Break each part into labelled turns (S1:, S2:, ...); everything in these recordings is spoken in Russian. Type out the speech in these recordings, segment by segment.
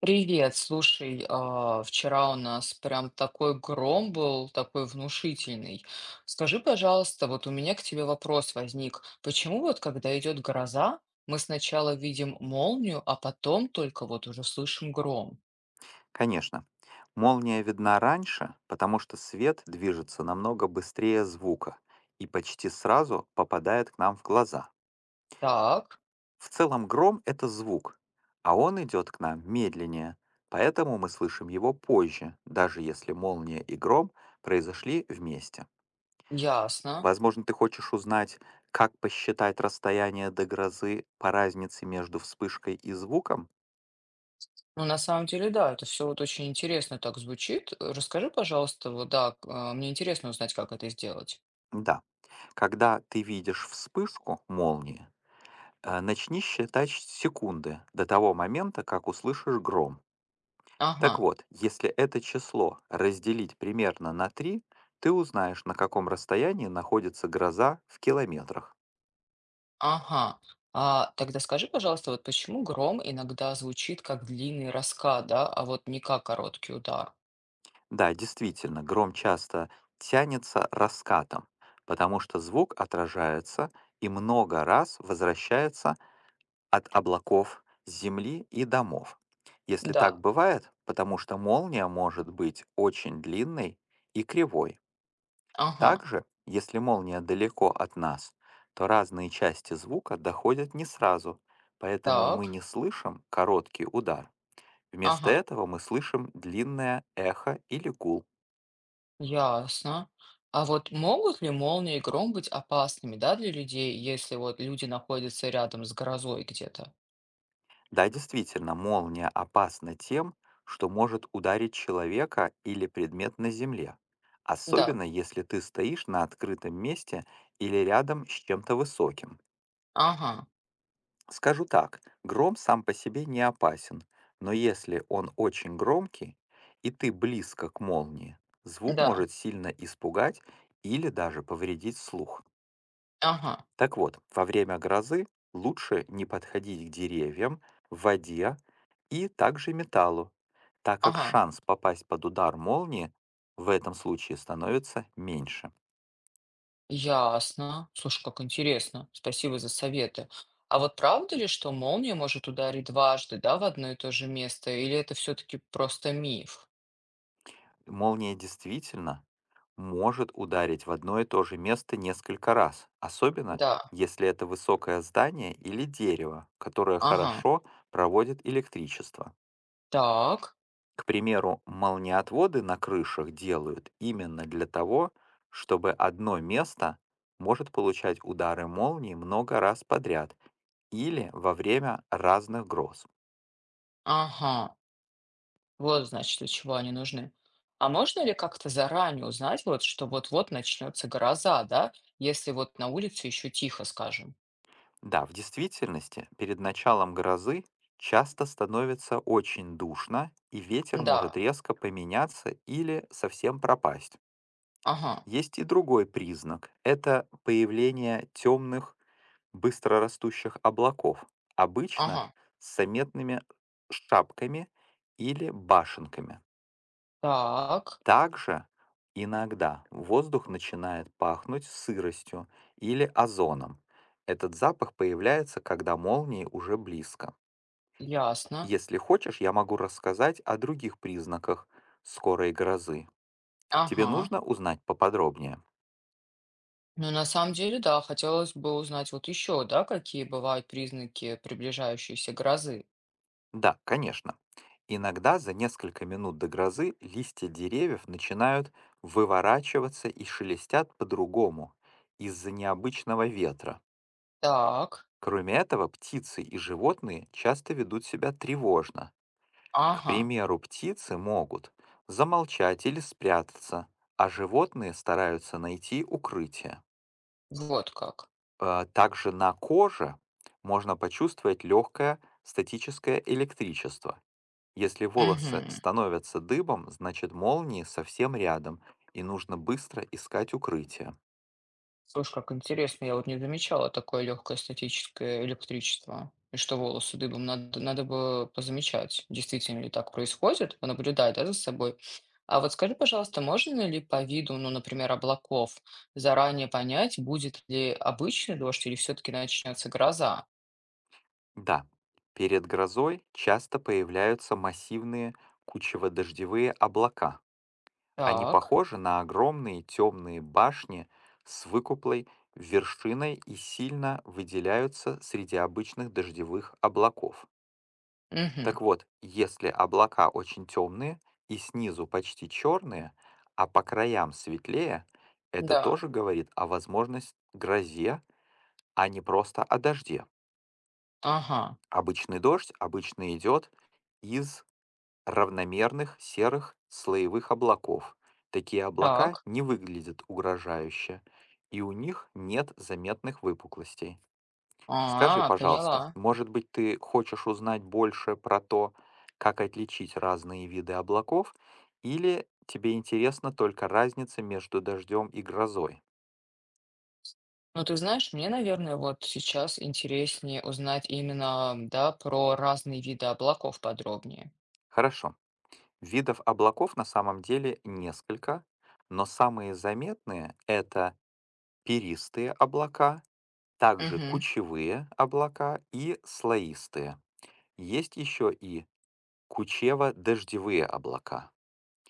S1: Привет, слушай, а, вчера у нас прям такой гром был, такой внушительный. Скажи, пожалуйста, вот у меня к тебе вопрос возник. Почему вот когда идет гроза, мы сначала видим молнию, а потом только вот уже слышим гром?
S2: Конечно. Молния видна раньше, потому что свет движется намного быстрее звука и почти сразу попадает к нам в глаза.
S1: Так,
S2: В целом гром— это звук, а он идет к нам медленнее, поэтому мы слышим его позже, даже если молния и гром произошли вместе.
S1: ясно.
S2: Возможно, ты хочешь узнать, как посчитать расстояние до грозы по разнице между вспышкой и звуком?
S1: Ну, на самом деле, да, это все вот очень интересно так звучит. Расскажи, пожалуйста, вот да, а, мне интересно узнать, как это сделать.
S2: Да. Когда ты видишь вспышку молнии, начни считать секунды до того момента, как услышишь гром. Так
S1: Ага.
S2: вот, если это число разделить примерно на 3, ты узнаешь, на каком расстоянии находится гроза в километрах.
S1: Ага. А тогда скажи, пожалуйста, вот почему гром иногда звучит как длинный раскат, да, а вот не как короткий удар?
S2: Да, действительно, гром часто тянется раскатом, потому что звук отражается и много раз возвращается от облаков земли и домов. Если так
S1: Да.
S2: бывает, потому что молния может быть очень длинной и кривой.
S1: Ага.
S2: Также, если молния далеко от нас, то разные части звука доходят не сразу, поэтому мы
S1: Так.
S2: не слышим короткий удар. Вместо
S1: Ага.
S2: этого мы слышим длинное эхо или гул.
S1: Ясно. А вот могут ли молнии и гром быть опасными, да, для людей, если вот люди находятся рядом с грозой где-то?
S2: Да, действительно, молния опасна тем, что может ударить человека или предмет на земле,
S1: Да.
S2: особенно если ты стоишь на открытом месте или рядом с чем-то высоким.
S1: Ага.
S2: Скажу так, гром сам по себе не опасен, но если он очень громкий и ты близко к молнии, звук
S1: Да.
S2: может сильно испугать или даже повредить слух.
S1: Ага.
S2: Так вот, во время грозы лучше не подходить к деревьям, воде и также металлу, так как
S1: Ага.
S2: шанс попасть под удар молнии в этом случае становится меньше.
S1: Ясно. Слушай, как интересно. Спасибо за советы. А вот правда ли, что молния может ударить дважды, да, в одно и то же место, или это все-таки просто миф?
S2: Молния действительно может ударить в одно и то же место несколько раз, особенно
S1: Да.
S2: если это высокое здание или дерево, которое
S1: Ага.
S2: хорошо проводит электричество.
S1: Так.
S2: К примеру, молниеотводы на крышах делают именно для того, чтобы одно место может получать удары молнии много раз подряд или во время разных гроз.
S1: Ага. Вот, значит, для чего они нужны. А можно ли как-то заранее узнать, вот, что вот-вот начнется гроза, да, если вот на улице еще тихо, скажем?
S2: Да, в действительности, перед началом грозы часто становится очень душно, и ветер может
S1: Да.
S2: резко поменяться или совсем пропасть.
S1: Ага.
S2: Есть и другой признак– это появление темных, быстрорастущих облаков, обычно
S1: Ага.
S2: с заметными шапками или башенками.
S1: Так.
S2: Также иногда воздух начинает пахнуть сыростью или озоном. Этот запах появляется, когда молнии уже близко.
S1: Ясно.
S2: Если хочешь, я могу рассказать о других признаках скорой грозы. Тебе
S1: Ага.
S2: нужно узнать поподробнее?
S1: Ну, на самом деле, да, хотелось бы узнать вот еще, да, какие бывают признаки приближающейся грозы.
S2: Да, конечно. Иногда за несколько минут до грозы листья деревьев начинают выворачиваться и шелестят по-другому из-за необычного ветра.
S1: Так,
S2: Кроме этого, птицы и животные часто ведут себя тревожно. К
S1: ага,
S2: примеру, птицы могут замолчать или спрятаться, а животные стараются найти укрытие.
S1: вот как.
S2: Также на коже можно почувствовать легкое статическое электричество. Если волосы
S1: Угу.
S2: становятся дыбом, значит молнии совсем рядом, и нужно быстро искать укрытие.
S1: Слушай, как интересно, я вот не замечала такое легкое статическое электричество. И что волосы дыбом, надо бы позамечать, действительно ли так происходит, понаблюдать, да, за собой. А вот скажи, пожалуйста, можно ли по виду, ну, например, облаков, заранее понять, будет ли обычный дождь или все-таки начнется гроза?
S2: Да, перед грозой часто появляются массивные кучево-дождевые облака. Они
S1: Так.
S2: похожи на огромные темные башни с выпуклой вершиной и сильно выделяются среди обычных дождевых облаков.
S1: Угу.
S2: Так вот, если облака очень темные и снизу почти черные, а по краям светлее, это
S1: Да,
S2: тоже говорит о возможности грозе, а не просто о дожде.
S1: ага,
S2: Обычный дождь обычно идет из равномерных серых слоевых облаков. Такие облака
S1: так,
S2: не выглядят угрожающе, и у них нет заметных выпуклостей. Скажи,
S1: а,
S2: пожалуйста,
S1: поняла.
S2: может быть, ты хочешь узнать больше про то, как отличить разные виды облаков, или тебе интересна только разница между дождем и грозой?
S1: Ну, ты знаешь, мне, наверное, вот сейчас интереснее узнать именно, да, про разные виды облаков подробнее.
S2: Хорошо. Видов облаков на самом деле несколько, но самые заметные— это перистые облака, также
S1: Угу.
S2: кучевые облака и слоистые. Есть еще и кучево-дождевые облака.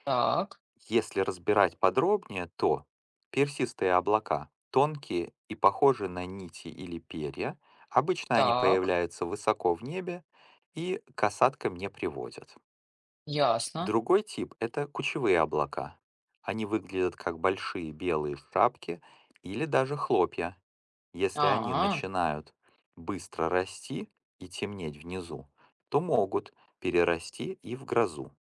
S1: Так,
S2: Если разбирать подробнее, то персистые облака тонкие и похожи на нити или перья. Обычно они
S1: так,
S2: появляются высоко в небе и к осадкам не приводят.
S1: ясно.
S2: Другой тип— это кучевые облака. Они выглядят как большие белые шапки или даже хлопья. Если они
S1: А,
S2: начинают быстро расти и темнеть внизу, то могут перерасти и в грозу.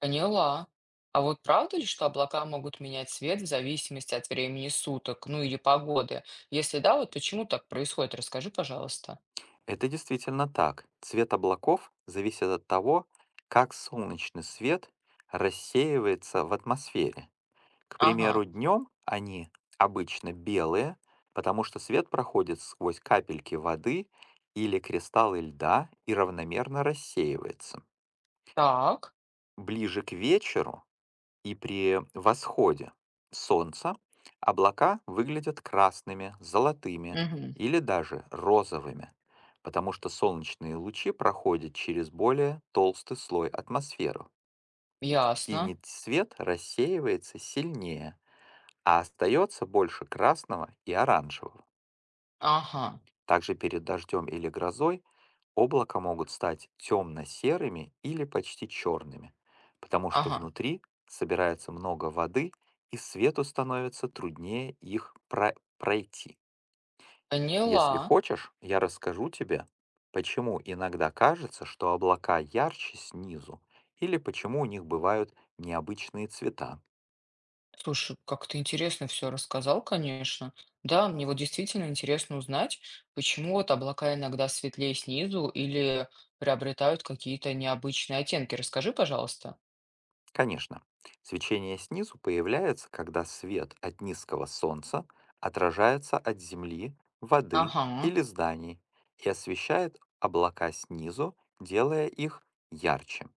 S1: поняла. А вот правда ли, что облака могут менять цвет в зависимости от времени суток, ну или погоды? Если да, вот почему так происходит, расскажи, пожалуйста.
S2: Это действительно так. Цвет облаков зависит от того, как солнечный свет рассеивается в атмосфере. К
S1: Ага,
S2: примеру, днем они обычно белые, потому что свет проходит сквозь капельки воды или кристаллы льда и равномерно рассеивается.
S1: так,
S2: Ближе к вечеру и при восходе солнца облака выглядят красными, золотыми
S1: угу,
S2: или даже розовыми, потому что солнечные лучи проходят через более толстый слой атмосферы.
S1: ясно.
S2: Синий цвет рассеивается сильнее, а остается больше красного и оранжевого.
S1: Ага,
S2: Также перед дождем или грозой облака могут стать темно-серыми или почти черными, потому что
S1: ага,
S2: внутри собирается много воды и свету становится труднее их пройти. Если
S1: поняла.
S2: хочешь, я расскажу тебе, почему иногда кажется, что облака ярче снизу, или почему у них бывают необычные цвета.
S1: Слушай, как ты интересно все рассказал, конечно. Да, мне вот действительно интересно узнать, почему вот облака иногда светлее снизу или приобретают какие-то необычные оттенки. Расскажи, пожалуйста.
S2: Конечно, свечение снизу появляется, когда свет от низкого солнца отражается от земли, воды
S1: Ага,
S2: или зданий и освещает облака снизу, делая их ярче.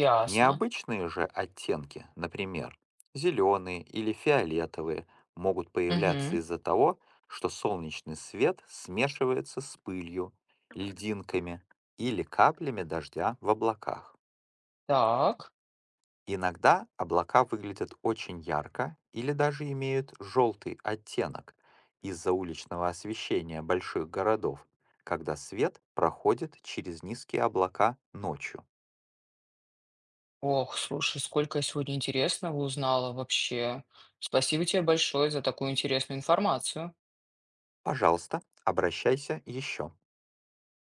S1: ясно.
S2: Необычные же оттенки, например, зеленые или фиолетовые, могут появляться
S1: Угу,
S2: из-за того, что солнечный свет смешивается с пылью, льдинками или каплями дождя в облаках.
S1: так.
S2: Иногда облака выглядят очень ярко или даже имеют желтый оттенок из-за уличного освещения больших городов, когда свет проходит через низкие облака ночью.
S1: Ох, слушай, сколько я сегодня интересного узнала вообще. Спасибо тебе большое за такую интересную информацию.
S2: Пожалуйста, обращайся еще.